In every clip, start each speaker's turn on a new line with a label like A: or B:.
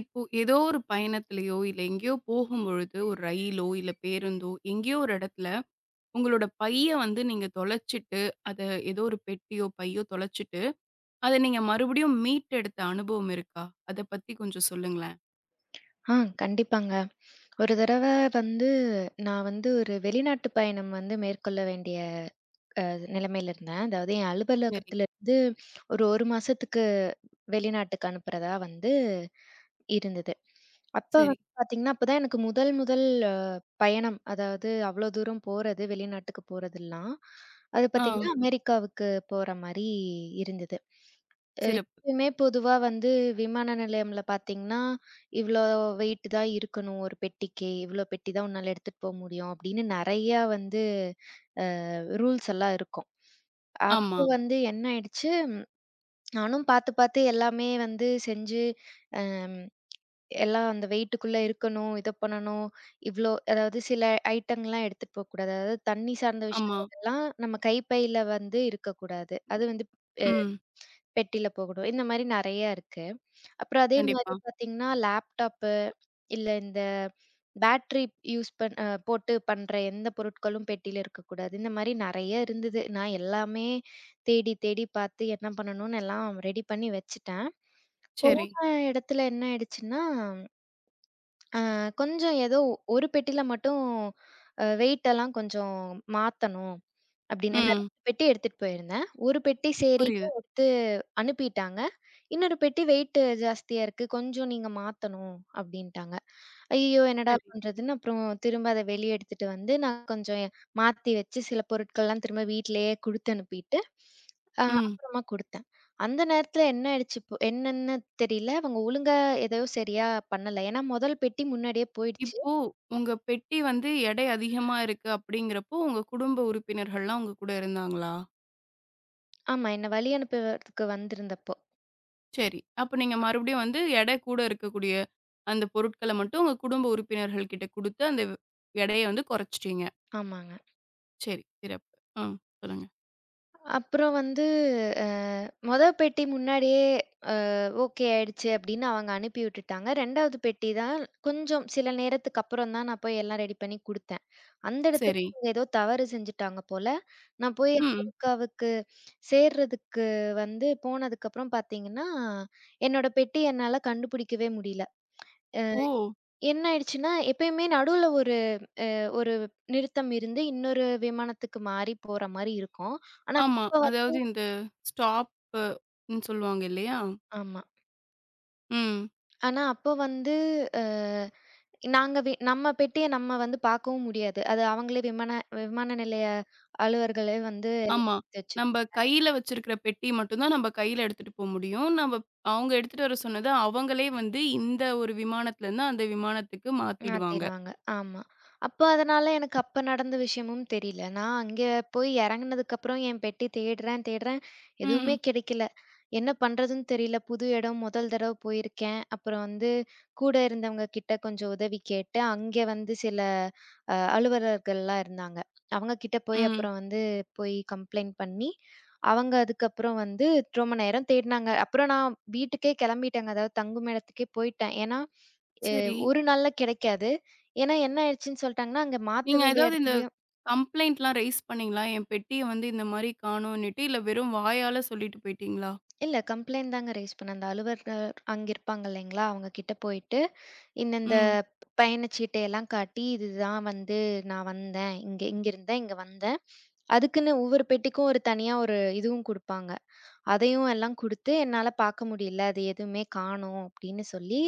A: இப்போ ஏதோ ஒரு பயணத்திலயோ, இல்ல எங்கேயோ போகும்பொழுது, ஒரு ரயிலோ, இல்ல பேருந்தோ, எங்கேயோ ஒரு இடத்துல உங்களோட பைய வந்து நீங்க தொலைச்சிட்டு, அத ஏதோ ஒரு பெட்டியோ, பையோ தொலைச்சிட்டு, அத நீங்க மறுபடியும் மீட்டெடுத்த அனுபவம் இருக்கா? அத பத்தி கொஞ்சம் சொல்லுங்களேன்.
B: ஆ கண்டிப்பாங்க. ஒரு தடவ வந்து நான் ஒரு வெளிநாட்டு பயணம் மேற்கொள்ள வேண்டிய அ நிலைமையில இருந்தேன். அதாவது என்
A: சரி,
B: அலுவலகத்திலருந்து ஒரு 1 மாசத்துக்கு வெளிநாட்டுக்கு அனுப்புறதா இருந்தது. அப்ப
A: சரி.
B: பார்த்தீங்கன்னா, அப்பதான் எனக்கு முதல் முதல் அ பயணம். அதாவது அவ்ளோ தூரம் போறது, வெளிநாட்டுக்கு போறதெல்லாம். அது
A: ஆ,
B: பார்த்தீங்கன்னா, அமெரிக்காவுக்கு போற மாரி இருந்தது.
A: சிறப்பு.
B: எப்பயுமே பொதுவா விமான நிலையம்ல பார்த்தீங்கன்னா, இவ்ளோ வெயிட் தான் இருக்கணும் ஒரு பெட்டிக்கு. இவ்ளோ பெட்டி தான் உன்னால எடுத்துட்டு போ முடியும் அப்படின்னு நெறையா ரூல்ஸ் எல்லாம் இருக்கும்.
A: ஆமா,
B: அப்போ என்ன ஆயிடுச்சு, நானும் பார்த்து பார்த்து எல்லாமே செஞ்சு, அம் எல்லாம் அந்த வெயிட்டுக்குள்ள இருக்கணும், இத பண்ணணும், இவ்ளோ அதாவது சில ஐட்டங்கள்லாம் எடுத்துட்டு போக்கூடாது. அதாவது தண்ணி சார்ந்த
A: ஆமா.
B: விஷயங்கள்லாம் நம்ம கைப்பையில இருக்கக்கூடாது. அது
A: ம்.
B: பெட்டியில போகணும். இந்த மாரி நெறைய இருக்கு. அப்புறம் அதே மாரி
A: கண்டிப்பா.
B: பார்த்தீங்கன்னா, லேப்டாப்பு இல்ல இந்த பேட்டரி யூஸ் பண் அ போட்டு பண்ற எந்த பொருட்களும் பெட்டியில இருக்கக்கூடாது. இந்த மாரி நெறைய இருந்தது. நான் எல்லாமே தேடி தேடி பார்த்து என்ன பண்ணணும்னு எல்லாம் ரெடி பண்ணி வச்சுட்டேன்.
A: சரி.
B: போன இடத்துல என்ன ஆயிடுச்சுன்னா, அ கொஞ்சம் ஏதோ ஒரு பெட்டியில மட்டும் வெயிட்டெல்லாம் கொஞ்சம் மாத்தணும். அப்படின்னு நான் 2
A: ம்.
B: பெட்டி எடுத்துட்டு போயிருந்தேன். ஒரு பெட்டி சரின்னு
A: புரியுது.
B: எடுத்து அனுப்பிட்டாங்க. இன்னொரு பெட்டி வெயிட் ஜாஸ்தியா இருக்கு. கொஞ்சம் நீங்க மாத்தணும் அப்படின்ட்டாங்க. ஐயய்யோ! என்னடா
A: சரி.
B: பண்றதுன்னு அப்புறம் திரும்ப அத வெளிய எடுத்துட்டு வந்து நான் கொஞ்சம் மாத்தி வச்சு சில பொருட்கள்லாம் திரும்ப வீட்லயே குடுத்து அனுப்பிட்டு,
A: ம்.
B: அப்புறமா குடுத்தேன். அந்த நேரத்துல என்ன ஆயிடுச்சு இப்போ என்னன்னு தெரியல. அவங்க ஒழுங்கா எதையோ சரியா பண்ணல. ஏன்னா முதல் பெட்டி முன்னாடியே போயிடுச்சு.
A: இப்போ உங்க பெட்டி வந்து எடை அதிகமா இருக்கு அப்படிங்கிறப்போ, உங்க குடும்ப உறுப்பினர்கள்லாம் உங்க கூட இருந்தாங்களா?
B: ஆமா, என்ன வழி அனுப்புறதுக்கு வந்திருந்தப்போ.
A: சரி. அப்ப நீங்க மறுபடியும் வந்து எடை கூட இருக்கக்கூடிய அந்த பொருட்கள மட்டும் உங்க குடும்ப உறுப்பினர்கள் கிட்ட குடுத்து, அந்த எடைய வந்து கொறச்சுட்டீங்க.
B: ஆமாங்க.
A: சரி, சிறப்பு. ம். சொல்லுங்க.
B: அப்புறம் அ மொத பெட்டி முன்னாடியே அ ஓகே ஆயிடுச்சு அப்படின்னு அவங்க அனுப்பி விட்டுட்டாங்க. 2வது பெட்டி தான் கொஞ்சம் சில நேரத்துக்கு அப்புறம் தான் நான் போய் எல்லாம் ரெடி பண்ணி குடுத்தேன். அந்த இடத்துல
A: சரி.
B: அவங்க ஏதோ தவறு செஞ்சுட்டாங்க போல. நான் போய்
A: ம்.
B: அமெரிக்காவுக்கு சேர்றதுக்கு போனதுக்கப்புறம் பார்த்தீங்கன்னா, என்னோட பெட்டி என்னால கண்டுபிடிக்கவே முடியல.
A: ஓ!
B: என்ன ஆயிடுச்சுன்னா, எப்பயுமே நடுவுல ஒரு ஒரு நிறுத்தம் இருந்து இன்னொரு விமானத்துக்கு மாறி போற மாரி இருக்கும். ஆனா
A: ஆமா.
B: அப்ப வந்
A: அதாவது இந்த ஸ்டாப்பு ன்னு சொல்லுவாங்க இல்லையா?
B: ஆமா.
A: ம்.
B: ஆனா, அப்போ அ நாங்க வி நம்ம பெட்டிய நம்ம பார்க்கவும் முடியாது. அது அவங்களே விமான விமான நிலைய அலுவலர்களே
A: ஆமா.
B: எல்லாமே எடுத்து
A: நம்ப கையில வச்சிருக்கிற பெட்டி மட்டும் தான் நம்ப கையில எடுத்துட்டு போ முடியும். நம்ப அவங்க எடுத்துட்டு வர சொன்னத அவங்களே வந்து இந்த ஒரு விமானத்துலருந்து அந்த விமானத்துக்கு மாத்திடுவாங்க.
B: மாத்திருவாங்க. ஆமா. அப்ப அதனால எனக்கு அப்ப நடந்த விஷயமும் தெரியல. நான் அங்க போய் இறங்குனதுக்கப்புறம் என் பெட்டி தேடுறேன், தேடுறேன். எதுவுமே
A: ம்.
B: கிடைக்கல. என்ன பண்றதுன்னு தெரியல. புது இடம் முதல் தடவ போயிருக்கேன். அப்புறம் கூட இருந்தவங்க கிட்ட கொஞ்சம் உதவி கேட்டு, அங்க சில அலுவலர்கள்லாம் இருந்தாங்க. அவங்க கிட்ட போய்
A: ம்.
B: அப்புறம் போய் கம்ப்ளைண்ட் பண்ணி, அவங்க அதுக்கப்புறம் ரொம்ப நேரம் தேடுனாங்க. அப்புறம் நான் வீட்டுக்கே கிளம்பிட்டேங்க. அதாவது தங்கும் இடத்துக்கே போயிட்டேன். ஏன்னா எ
A: சரி.
B: ஒரு நாள்ல கிடைக்காது. ஏன்னா என்ன ஆயிடுச்சுன்னு சொல்ட்டாங்கன்னா, அங்க மாத்த
A: நீங்க
B: வேண்டிய
A: ஏதாவது இந்த
B: இடத்துலயும்
A: கம்ப்ளைண்ட்லாம் ரைஸ் பண்ணீங்களா? என் பெட்டிய வந்து இந்த மாரி காணோன்னுட்டு, இல்ல வெறும் வாயால சொல்லிட்டு போயிட்டீங்களா?
B: இல்ல கம்ப்ளைண்ட் தாங்க ரைஸ் பண்ணேன். அந்த அலுவலர் அங்க இருப்பாங்க இல்லைங்களா? அவங்க கிட்ட போயிட்டு, இந்த இந்த
A: ம்.
B: பயணச்சீட்டை எல்லாம் காட்டி, இதுதான் நான் வந்தேன். இங்க இங்க இருந்தேன், இங்க வந்தேன். அதுக்குன்னு ஒவ்வொரு பெட்டிக்கும் ஒரு தனியா ஒரு இதுவும் குடுப்பாங்க. அதையும் எல்லாம் குடுத்து, என்னால பார்க்க முடியல. அது எதுவுமே காணோம் அப்படின்னு சொல்லி,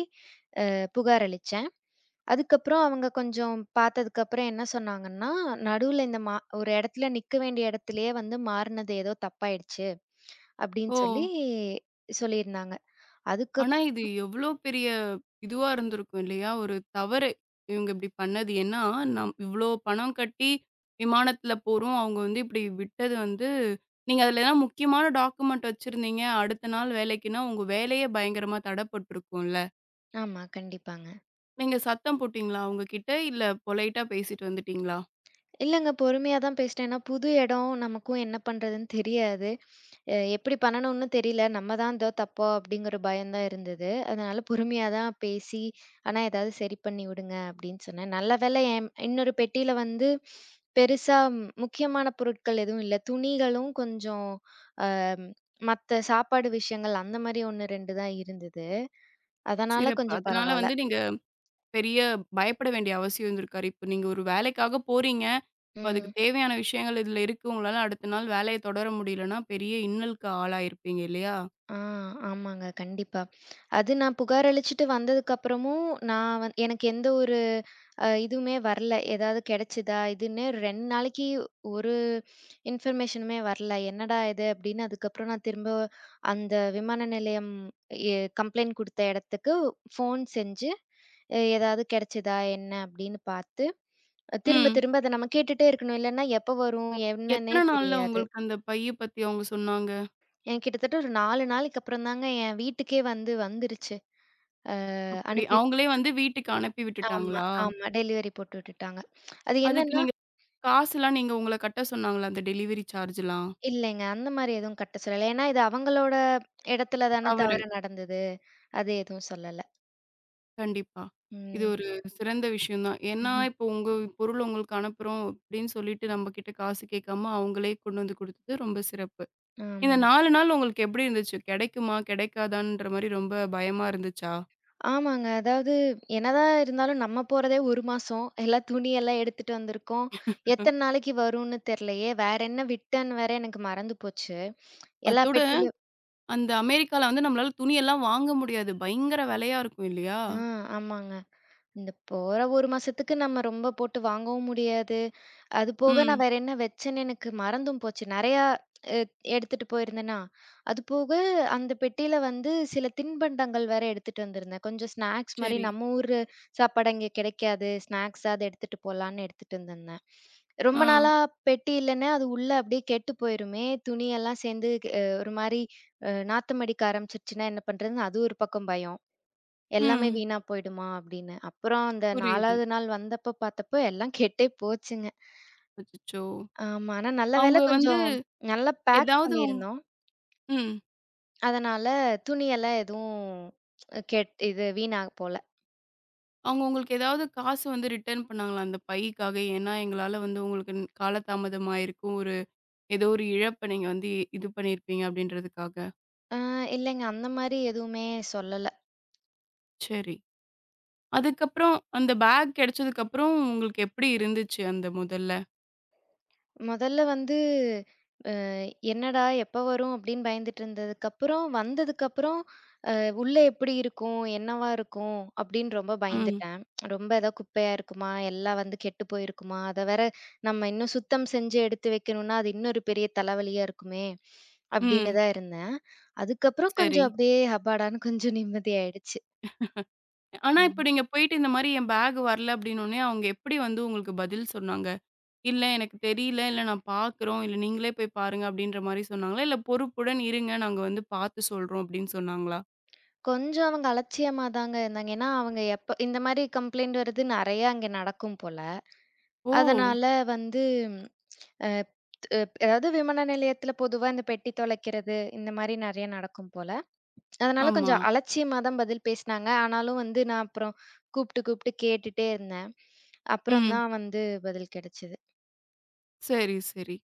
B: புகார் அளிச்சேன். அதுக்கப்புறம் அவங்க கொஞ்சம் பார்த்ததுக்கப்புறம் என்ன சொன்னாங்கன்னா, "நடுவுல இந்த மா ஒரு இடத்துல நிக்க வேண்டிய இடத்துலயே மாறுனது ஏதோ தப்பாயிடுச்சு." அப்படின்னு
A: ஓ!
B: சொல்லியிருந்தாங்க. அதுக்கப்
A: ஆனா இது எவ்ளோ பெரிய இதுவா இருந்திருக்கும் இல்லையா? ஒரு தவறு. இவங்க இப்டி பண்ணது. ஏன்னா, நம் இவ்ளோ பணம் கட்டி விமானத்தில போறோம். அவங்க வந்து இப்டி விட்டது வந்து நீங்க அதில ஏதாவது முக்கியமான டாக்குமெண்ட் வச்சிருந்தீங்க. அடுத்த நாள் வேலைக்குன்னா, உங்க வேலையே பயங்கரமா தடப்பட்டுருக்கும்ல.
B: ஆமா, கண்டிப்பாங்க.
A: நீங்க சத்தம் போட்டீங்களா அவங்க கிட்ட? இல்ல பொலைட்டா பேசிட்டு வந்துட்டீங்களா?
B: இல்லங்க பொறுமையா தான் பேசிட்டேன். ஏன்னா புது இடம், நமக்கும் என்ன பண்றதுன்னு தெரியாது. எப்படி பண்ணணும்னு தெரியல. நம்ம தான் ஏதோ தப்போ அப்படிங்கிற பயம் தான் இருந்தது. அதனால பொறுமையா தான் பேசி, "ஆனா ஏதாவது சரி பண்ணி விடுங்க" அப்படின்னு சொன்னேன். நல்ல வேளை என் இன்னொரு பெட்டியில பெருசா முக்கியமான பொருட்கள் எதுவும் இல்ல. துணிகளும் கொஞ்சம் அம் மத்த சாப்பாடு விஷயங்கள் அந்த மாரி 1, 2 தான் இருந்தது. அதனால
A: சிறப்பு.
B: கொஞ்சம்
A: அதனால
B: பரவால்ல.
A: வந்து நீங்க பெரிய பயப்பட வேண்டிய அவசியம் இருந்திருக்காது. இப்ப நீங்க ஒரு வேலைக்காக போறீங்க. இப்ப அதுக்கு
B: ம்.
A: தேவையான விஷயங்கள் இதுல இருக்கு. உங்களால அடுத்த நாள் வேலைய தொடர முடியலன்னா, பெரிய இன்னலுக்கு ஆளாயிருப்பீங்க இல்லையா?
B: ஆ, ஆமாங்க. கண்டிப்பா. அது நான் புகார் அளிச்சுட்டு வந்ததுக்கப்புறமும், நான் வந் எனக்கு எந்த ஒரு இதுவுமே வரல. ஏதாவது கிடைச்சதா? இதுன்னு 2 நாளைக்கு ஒரு இன்ஃபர்மேஷனுமே வரல. "என்னடா இது?" அப்படின்னு அதுக்கப்புறம் நான் திரும்ப அந்த விமான நிலையம் எ கம்ப்ளைண்ட் குடுத்த இடத்துக்கு ஃபோன் செஞ்சு, ஏதாவது கிடைச்சதா? என்ன?" அப்படின்னு பார்த்து, திரும்ப
A: ம்.
B: திரும்ப அத நம்ம கேட்டுட்டே இருக்கணும். இல்லன்னா எப்ப வரும்? என்னன்னே
A: எத்தன நாள்ல
B: தெரியாது.
A: உங்களுக்கு அந்த பைய பத்தி அவங்க சொன்னாங்க?
B: எனக்கு கிட்டத்தட்ட ஒரு 4 நாளைக்கு அப்புறம் தாங்க என் வீட்டுக்கே வந்து வந்துருச்சு. அ
A: அப்படி
B: அனுப்பி
A: அவங்களே வந்து வீட்டுக்கு அனுப்பி
B: ஆமா,
A: விட்டுட்டாங்களா?
B: ஆமா. டெலிவரி போட்டு விட்டுட்டாங்க. அது
A: அதுக்கு
B: என்னன்னா
A: நீங்க காசுலாம் நீங்க உங்கள கட்ட சொன்னாங்களா? அந்த டெலிவரி சார்ஜ்லாம்?
B: இல்லைங்க. அந்த மாரி எதுவும் கட்ட சொல்லல. ஏன்னா இது அவங்களோட இடத்துல தானே
A: தவறு.
B: தவறு நடந்தது. அது எதுவும் சொல்லல.
A: கண்டிப்பா. இது
B: ம்.
A: ஒரு சிறந்த விஷயம் தான். ஏன்னா, இப்போ உங்க பொருள் உங்களுக்கு அனுப்புறோம் அப்படின்னு சொல்லிட்டு நம்ம கிட்ட காசு கேட்காம அவங்களே கொண்டு வந்து குடுத்தது ரொம்ப சிறப்பு. இந்த
B: ஆமா.
A: 4 நாள் உங்களுக்கு எப்படி இருந்துச்சு? கிடைக்குமா? கிடைக்காதான்ற மாரி ரொம்ப பயமா இருந்துச்சா?
B: ஆமாங்க. அதாவது என்னதான் இருந்தாலும் நம்ம போறதே 1 மாசம். எல்லா துணியெல்லாம் எடுத்துட்டு வந்திருக்கோம். எத்தன நாளைக்கு வரும்னு தெரியலையே! வேற என்ன விட்டேன்னு வேற எனக்கு மறந்து போச்சு. எல்லா
A: அத்தோட
B: பெட்டியிலும்
A: அந்த அமெரிக்கால வந்து நம்மளால துணியெல்லாம் வாங்க முடியாது. பயங்கர விலையா இருக்கும் இல்லையா?
B: ஆ ஆமாங்க. இந்த போற 1 மாசத்துக்கு நம்ம ரொம்ப போட்டு வாங்கவும் முடியாது. அது போக நான்
A: ம்.
B: வேற என்ன வச்சேன்னு எனக்கு மறந்தும் போச்சு. நெறையா எ எடுத்துட்டு போயிருந்தேனா. அது போக அந்த பெட்டியில சில தின்பண்டங்கள் வேற எடுத்துட்டு வந்திருந்தேன். கொஞ்சம் ஸ்நாக்ஸ் மாரி
A: சரி.
B: நம்ம ஊரு சாப்பாடு அங்கே கிடைக்காது. ஸ்நாக்ஸா அத எடுத்துட்டு போலான்னு எடுத்துட்டு வந்திருந்தேன். ரொம்ப
A: ஆ.
B: நாளா பெட்டி இல்லன்னா, அது உள்ள அப்படியே கெட்டு போயிருமே! துணியெல்லாம் சேர்ந்து ஒரு மாரி நாத்தம் அடிக்க ஆரம்பிச்சுருச்சுன்னா என்ன பண்றதுன்னு அது ஒரு பக்கம் பயம். எல்லாமே
A: ம்.
B: வீணா போயிடுமா அப்படின்னு. அப்புறம் அந்த
A: புரியுது.
B: 4வது நாள் வந்தப்ப பார்த்தப்போ எல்லாம் கெட்டே போச்சுங்க.
A: அச்சச்சோ!
B: ஆமா. ஆனா நல்ல வேளை
A: அவங்க வந்து
B: கொஞ்சம் நல்லா பேக்
A: ஏதாவது
B: பண்ணியிருந்தோம்.
A: ம்.
B: அதனால துணியெல்லாம் எதுவும் கெட் இது வீணா போல.
A: அவங்க உங்களுக்கு ஏதாவது காசு வந்து ரிட்டர்ன் பண்ணாங்களா? அந்த பைக்காக? ஏன்னா எங்களால வந்து உங்களுக்கு காலதாமதம் ஆயிருக்கும். ஒரு ஏதோ ஒரு இழப்ப நீங்க வந்து இது பண்ணியிருப்பீங்க அப்படின்றதுக்காக.
B: ஆ இல்லைங்க அந்த மாரி எதுவுமே சொல்லல.
A: சரி. அதுக்கப்புறம் அந்த பேக் கிடைச்சதுக்கப்புறம் உங்களுக்கு எப்படி இருந்துச்சு அந்த முதல்ல?
B: முதல்ல "என்னடா எப்ப வரும்?" அப்படின்னு பயந்துட்டு இருந்ததுக்கப்புறம், வந்ததுக்கப்புறம் உள்ள எப்படி இருக்கும்? என்னவா இருக்கும்? அப்படின்னு ரொம்ப
A: ம்.
B: பயந்துட்டேன். ரொம்ப ஏதோ குப்பையா இருக்குமா? எல்லாம் கெட்டு போயிருக்குமா? அத வேற நம்ம இன்னும் சுத்தம் செஞ்சு எடுத்து வைக்கணும்னா, அது இன்னொரு பெரிய தலைவலியா இருக்குமே! அப்படின்னு
A: ம்.
B: தான் இருந்தேன். அதுக்கப்புறம்
A: சரி.
B: கொஞ்சம் அப்படியே ஹப்பாடான்னு கொஞ்சம் நிம்மதியாயிடுச்சு.
A: ஆனா இப்ப
B: ம்.
A: நீங்க போயிட்டு இந்த மாரி என் பேக் வரல அப்படின்னோனே, அவங்க எப்படி வந்து உங்களுக்கு பதில் சொன்னாங்க? இல்ல எனக்கு தெரியல, இல்ல நான் பார்க்குறோம், இல்ல நீங்களே போய் பாருங்க அப்படின்ற மாரி சொன்னாங்களா? இல்ல பொறுப்புடன் இருங்க, நாங்க வந்து பார்த்து சொல்றோம் அப்படின்னு சொன்னாங்களா?
B: கொஞ்சம் அவங்க அலட்சியமா தாங்க இருந்தாங்க. ஏன்னா, அவங்க எப்ப இந்த மாரி கம்ப்ளைண்ட் வருது நெறையா அங்க நடக்கும் போல.
A: ஓ!
B: அதனால வந்து அ த் அதாவது விமான நிலையத்தில பொதுவா இந்த பெட்டி தொலைக்கிறது, இந்த மாரி நெறைய நடக்கும் போல. அதனால
A: ஆமா.
B: கொஞ்சம் அலட்சியமா தான் பதில் பேசினாங்க. ஆனாலும் நான் அப்புறம் கூப்பிட்டு கேட்டுட்டே இருந்தேன். அப்புறம்
A: ம்.
B: தான் பதில் கிடைச்சது.
A: சரி, சரி.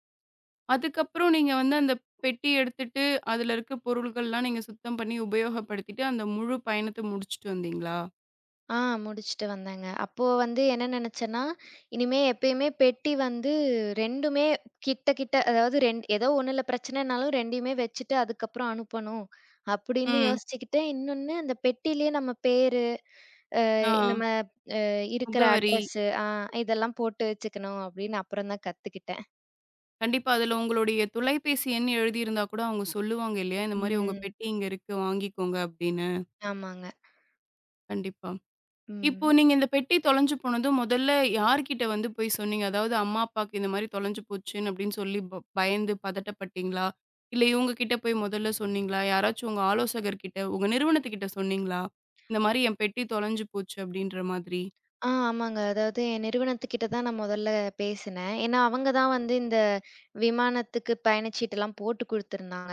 A: அதுக்கப்புறம் நீங்க வந்து அந்த பெட்டி எடுத்துட்டு, அதுல இருக்க பொருள்கள்லாம் நீங்க சுத்தம் பண்ணி உபயோகப்படுத்திட்டு, அந்த முழு பயணத்த முடிச்சுட்டு வந்தீங்களா?
B: ஆ முடிச்சுட்டு வந்தேங்க. அப்போ என்ன நெனச்சேன்னா, இனிமே எப்பயுமே பெட்டி 2மே கிட்ட, கிட்ட அதாவது 2 ஏதோ ஒண்ணுல பிரச்சனைனாலும் 2யுமே வச்சுட்டு அதுக்கப்புறம் அனுப்பணும். அப்படின்னு
A: ம்.
B: யோசிச்சுக்கிட்டு, இன்னொன்னு அந்த பெட்டிலயே நம்ம பேரு,
A: ஆ.
B: நம்ம அ இருக்கிற
A: முகவரி.
B: அட்ரஸ் ஆ இதெல்லாம் போட்டு வச்சுக்கணும் அப்படின்னு அப்புறம் தான் கத்துக்கிட்டேன்.
A: கண்டிப்பா அதுல உங்களுடைய தொலைபேசி எண் எழுதியிருந்தா கூட அவங்க சொல்லுவாங்க இல்லையா? இந்த மாரி உங்க
B: ம்.
A: பெட்டி இங்க இருக்கு வாங்கிக்கோங்க அப்படின்னு.
B: ஆமாங்க.
A: கண்டிப்பா. இப்போ
B: ம்.
A: நீங்க இந்த பெட்டி தொலைஞ்சு போனதும் முதல்ல யார்கிட்ட வந்து போய் சொன்னீங்க? அதாவது அம்மா, அப்பாக்கு இந்த மாரி தொலைஞ்சு போச்சுன்னு அப்படின்னு சொல்லி பயந்து பதட்டப்பட்டீங்களா? இல்ல இவங்க கிட்ட போய் முதல்ல சொன்னீங்களா? யாராச்சும் உங்க ஆலோசகர் கிட்ட, உங்க நிறுவனத்துக்கிட்ட சொன்னீங்களா? இந்த மாரி என் பெட்டி தொலைஞ்சு போச்சு அப்படின்ற மாதிரி.
B: ஆமாங்க. அதாவது என் நிறுவனத்துக்கிட்ட தான் நான் முதல்ல பேசினேன். ஏன்னா, அவங்க தான் இந்த விமானத்துக்கு பயணச்சீட்டுலாம் போட்டு குடுத்துருந்தாங்க.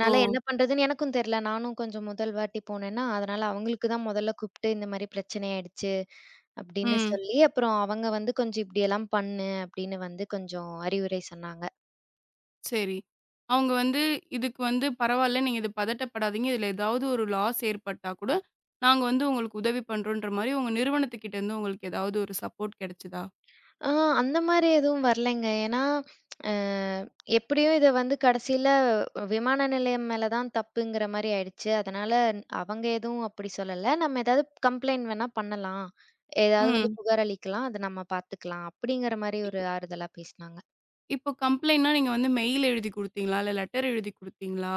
A: ஓ!
B: என்ன பண்றதுன்னு எனக்கும் தெரியல. நானும் கொஞ்சம் முதல் வாட்டி போனேன்னா, அதனால அவங்களுக்கு தான் முதல்ல கூப்ட்டு இந்த மாரி பிரச்சனை ஆயிடுச்சு அப்படின்னு
A: ம்.
B: சொல்லி, அப்புறம் அவங்க கொஞ்சம் இப்படியெல்லாம் பண்ணு அப்படின்னு கொஞ்சம் அறிவுரை சொன்னாங்க.
A: சரி. அவங்க வந்து இதுக்கு வந்து பரவால்ல. நீங்க இது பதட்டப்படாதீங்க. இதுல ஏதாவது ஒரு லாஸ் ஏற்பட்டா கூட, நாங்க வந்து உங்களுக்கு உதவி பண்றோன்ற மாரி உங்க நிறுவனத்துக்கிட்ட இருந்து உங்களுக்கு ஏதாவது ஒரு சப்போர்ட் கிடைச்சதா?
B: ஆ அந்த மாரி எதுவும் வரலைங்க. ஏன்னா, அ எப்படியும் இத கடைசியில விமான நிலையம் மேல தான் தப்புங்கிற மாரி ஆயிடுச்சு. அதனால அவங்க எதுவும் அப்படி சொல்லல. நம்ம ஏதாவது கம்ப்ளைண்ட் வேணா பண்ணலாம். ஏதாவது
A: ம்.
B: புகார் அளிக்கலாம். அத நம்ம பார்த்துக்கலாம். அப்படிங்கிற மாரி ஒரு ஆறுதலா பேசினாங்க.
A: இப்போ கம்ப்ளைண்ட்னா நீங்க வந்து மெயில் எழுதி குடுத்தீங்களா? இல்ல லெட்டர் எழுதி குடுத்தீங்களா?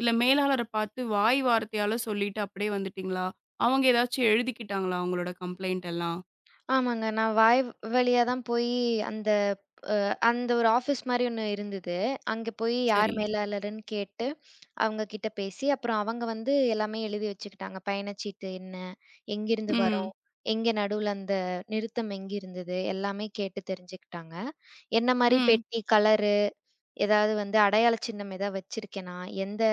A: இல்ல மேலாளர பார்த்து வாய் வார்த்தையால சொல்லிட்டு அப்படியே வந்துட்டீங்களா? அவங்க ஏதாச்சும் எழுதிக்கிட்டாங்களா? அவங்களோட கம்ப்ளைண்ட் எல்லாம்?
B: ஆமாங்க. நான் வாய் வழியா தான் போய் அந்த அந்த ஒரு ஆஃபீஸ் மாரி ஒண்ணு இருந்தது. அங்க போய் யார்
A: சரி.
B: மேலாளர்ன்னு கேட்டு, அவங்க கிட்ட பேசி, அப்புறம் அவங்க எல்லாமே எழுதி வச்சுக்கிட்டாங்க. பயணச்சீட்டு என்ன? எங்கிருந்து வரோம்?
A: ம்.
B: எங்க நடுவுல அந்த நிறுத்தம் எங்க இருந்தது? எல்லாமே கேட்டு தெரிஞ்சுக்கிட்டாங்க. என்ன மாரி
A: ம்.
B: பெட்டி, கலரு ஏதாவது அடையாள சின்னம் ஏதாவது வச்சிருக்கேனா? எந்த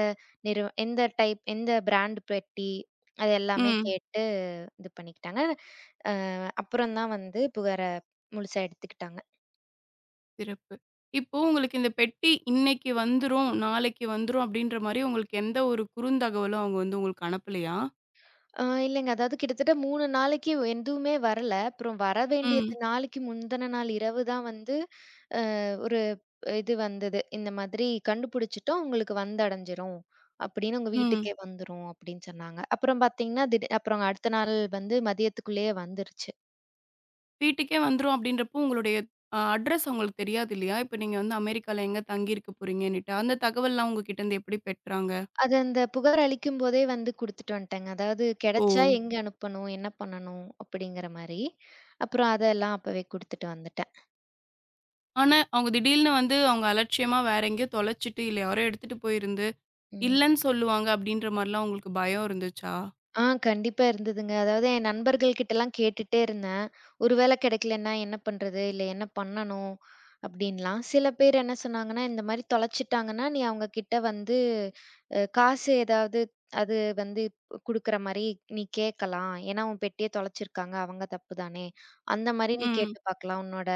B: எந்த டைப் எந்த பிராண்ட் பெட்டி? அது எல்லாமே
A: ம்.
B: கேட்டு இது பண்ணிக்கிட்டாங்க. அப்புறம் தான் புகார முழுசா எடுத்துக்கிட்டாங்க.
A: சிறப்பு. இப்போ உங்களுக்கு இந்த பெட்டி இன்னைக்கு வந்துரும், நாளைக்கு வந்துரும் அப்டின்ற மாரி உங்களுக்கு எந்த ஒரு குறுந்தகவலும் அவங்க வந்து உங்களுக்கு அனுப்பலையா?
B: இல்லங்க. அதாவது கிட்டத்தட்ட 3 நாளைக்கு எதுவுமே வரல. அப்புறம் வர வேண்டியது
A: ம்.
B: நாளைக்கு முந்தின நாள் இரவு தான் ஒரு இது வந்தது. இந்த மாதிரி கண்டுபிடிச்சுட்டோம். உங்களுக்கு வந்தடைஞ்சிரும். அப்படின்னு உங்க
A: ம்.
B: வீட்டுக்கே வந்துரும் அப்படின்னு சொன்னாங்க. அப்புறம் பார்த்தீங்கன்னா, அப்புறம் அடுத்த நாள் மதியத்துக்குள்ளேயே வந்துருச்சு.
A: வீட்டுக்கே வந்துரும் அப்டின்றப்போ உங்களுடைய அட்ரஸ் அவங்களுக்கு தெரியாது இல்லையா? இப்ப நீங்க வந்து அமெரிக்கால எங்க தங்கியிருக்க போறீங்கன்னுட்டு. அந்த தகவல்லாம் உங்க கிட்டேருந்து எப்படி பெற்றாங்க?
B: அது அந்த புகார் அளிக்கும்போதே குடுத்துட்டு வந்துட்டேங்க. அதாவது
A: ஓ!
B: கிடைச்சா எங்க அனுப்பணும்? என்ன பண்ணணும்? அப்படிங்கிற மாரி. அப்புறம் அதெல்லாம் அப்பவே குடுத்துட்டு வந்துட்டேன்.
A: ஆனா, அவங்க திடீல்னு வந்து அவங்க அலட்சியமா வேற எங்கேயோ தொலைச்சுட்டு, இல்ல யாரோ எடுத்துட்டு போயிருந்து,
B: ம்.
A: இல்லன்னு சொல்லுவாங்க அப்டின்ற மாரிலாம் உங்களுக்கு பயம் இருந்துச்சா?
B: கண்டிப்பா இருந்ததுங்க. அதாவது என் நண்பர்கள் கிட்டலாம் கேட்டுட்டே இருந்தேன். ஒரு வேள கிடைக்கலன்னா என்ன பண்றது? இல்ல என்ன பண்ணணும்? அப்படின்லாம். சில பேர் என்ன சொன்னாங்கன்னா, இந்த மாரி தொலைச்சுட்டாங்கன்னா, நீ அவங்க கிட்ட காசு ஏதாவது அது வந்து குடுக்குற மாரி நீ கேட்கலாம். ஏன்னா, உன் பெட்டிய தொலைச்சிருக்காங்க. அவங்க தப்பு தானே. அந்த மாரி நீ
A: ம்.
B: கேட்டு பார்க்கலாம். உன்னோட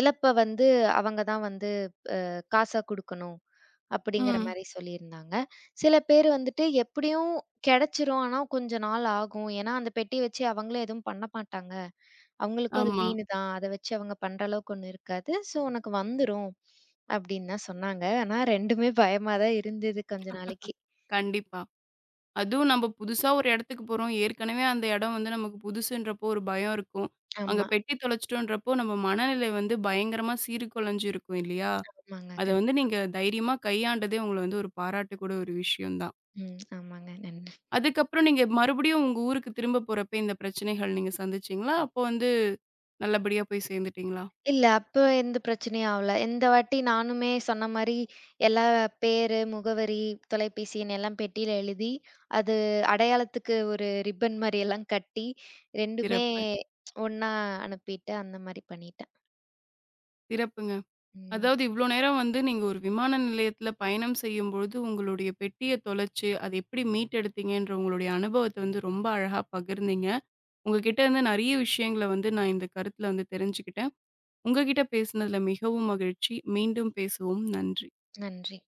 B: இழப்ப அவங்க தான் காசா குடுக்கணும். அப்படிங்கிற
A: ம்.
B: மாரி சொல்லியிருந்தாங்க. சில பேர் வந்துட்டு எப்படியும் கிடைச்சிரும். ஆனா கொஞ்சம் நாள் ஆகும். ஏன்னா, அந்த பெட்டி வச்சு அவங்களும் எதுவும் பண்ண மாட்டாங்க. அவங்களுக்கும் அது
A: ஆமா.
B: வீணு தான். அத வச்சு அவங்க பண்ற அளவுக்கு ஒண்ணும் இருக்காது. ஸோ உனக்கு வந்துரும் அப்படின்னு தான் சொன்னாங்க. ஆனா 2மே பயமா தான் இருந்தது கொஞ்ச நாளைக்கு.
A: கண்டிப்பா. அதுவும் நம்ம புதுசா ஒரு இடத்துக்கு போறோம். ஏற்கனவே அந்த இடம் வந்து நமக்கு புதுசுன்றப்போ ஒரு பயம் இருக்கும். அங்க
B: ஆமா,
A: பெட்டி தொலைச்சுட்டோன்றப்போ நம்ம மனநிலை வந்து பயங்கரமா சீர்குலைஞ்சு இருக்கும் இல்லையா?
B: ஆமாங்க.
A: அத வந்து நீங்க தைரியமா கையாண்டதே உங்கள வந்து ஒரு பாராட்டக்கூடிய ஒரு விஷயம் தான்.
B: ம். ஆமாங்க. நன்றி.
A: அதுக்கப்புறம் நீங்க மறுபடியும் உங்க ஊருக்கு திரும்ப போறப்ப இந்த பிரச்சனைகள் நீங்க சந்திச்சீங்களா? அப்போ வந்து நல்லபடியா போய் சேர்ந்துட்டீங்களா?
B: இல்ல. அப்ப எந்த பிரச்சனையும் ஆவல. இந்த வாட்டி நானுமே சொன்ன மாரி எல்லா பேரு, முகவரி, தொலைபேசி எண் எல்லாம் பெட்டியில எழுதி, அது அடையாளத்துக்கு ஒரு ரிப்பன் மாரி எல்லாம் கட்டி 2மே
A: சிறப்பு.
B: ஒண்ணா அனுப்பிட்டு அந்த மாரி பண்ணிட்டேன்.
A: சிறப்புங்க.
B: ம்.
A: அதாவது இவ்ளோ நேரம் வந்து நீங்க ஒரு விமான நிலையத்துல பயணம் செய்யும்பொழுது, உங்களுடைய பெட்டிய தொலைச்சு, அத எப்படி மீட்டெடுத்தீங்கன்ற உங்களுடைய அனுபவத்த வந்து ரொம்ப அழகா பகிர்ந்தீங்க. உங்ககிட்ட இருந்து நெறைய விஷயங்கள வந்து நான் இந்த கருத்துல வந்து தெரிஞ்சுக்கிட்டேன். உங்ககிட்ட பேசினதுல மிகவும் மகிழ்ச்சி. மீண்டும் பேசுவோம். நன்றி.
B: நன்றி.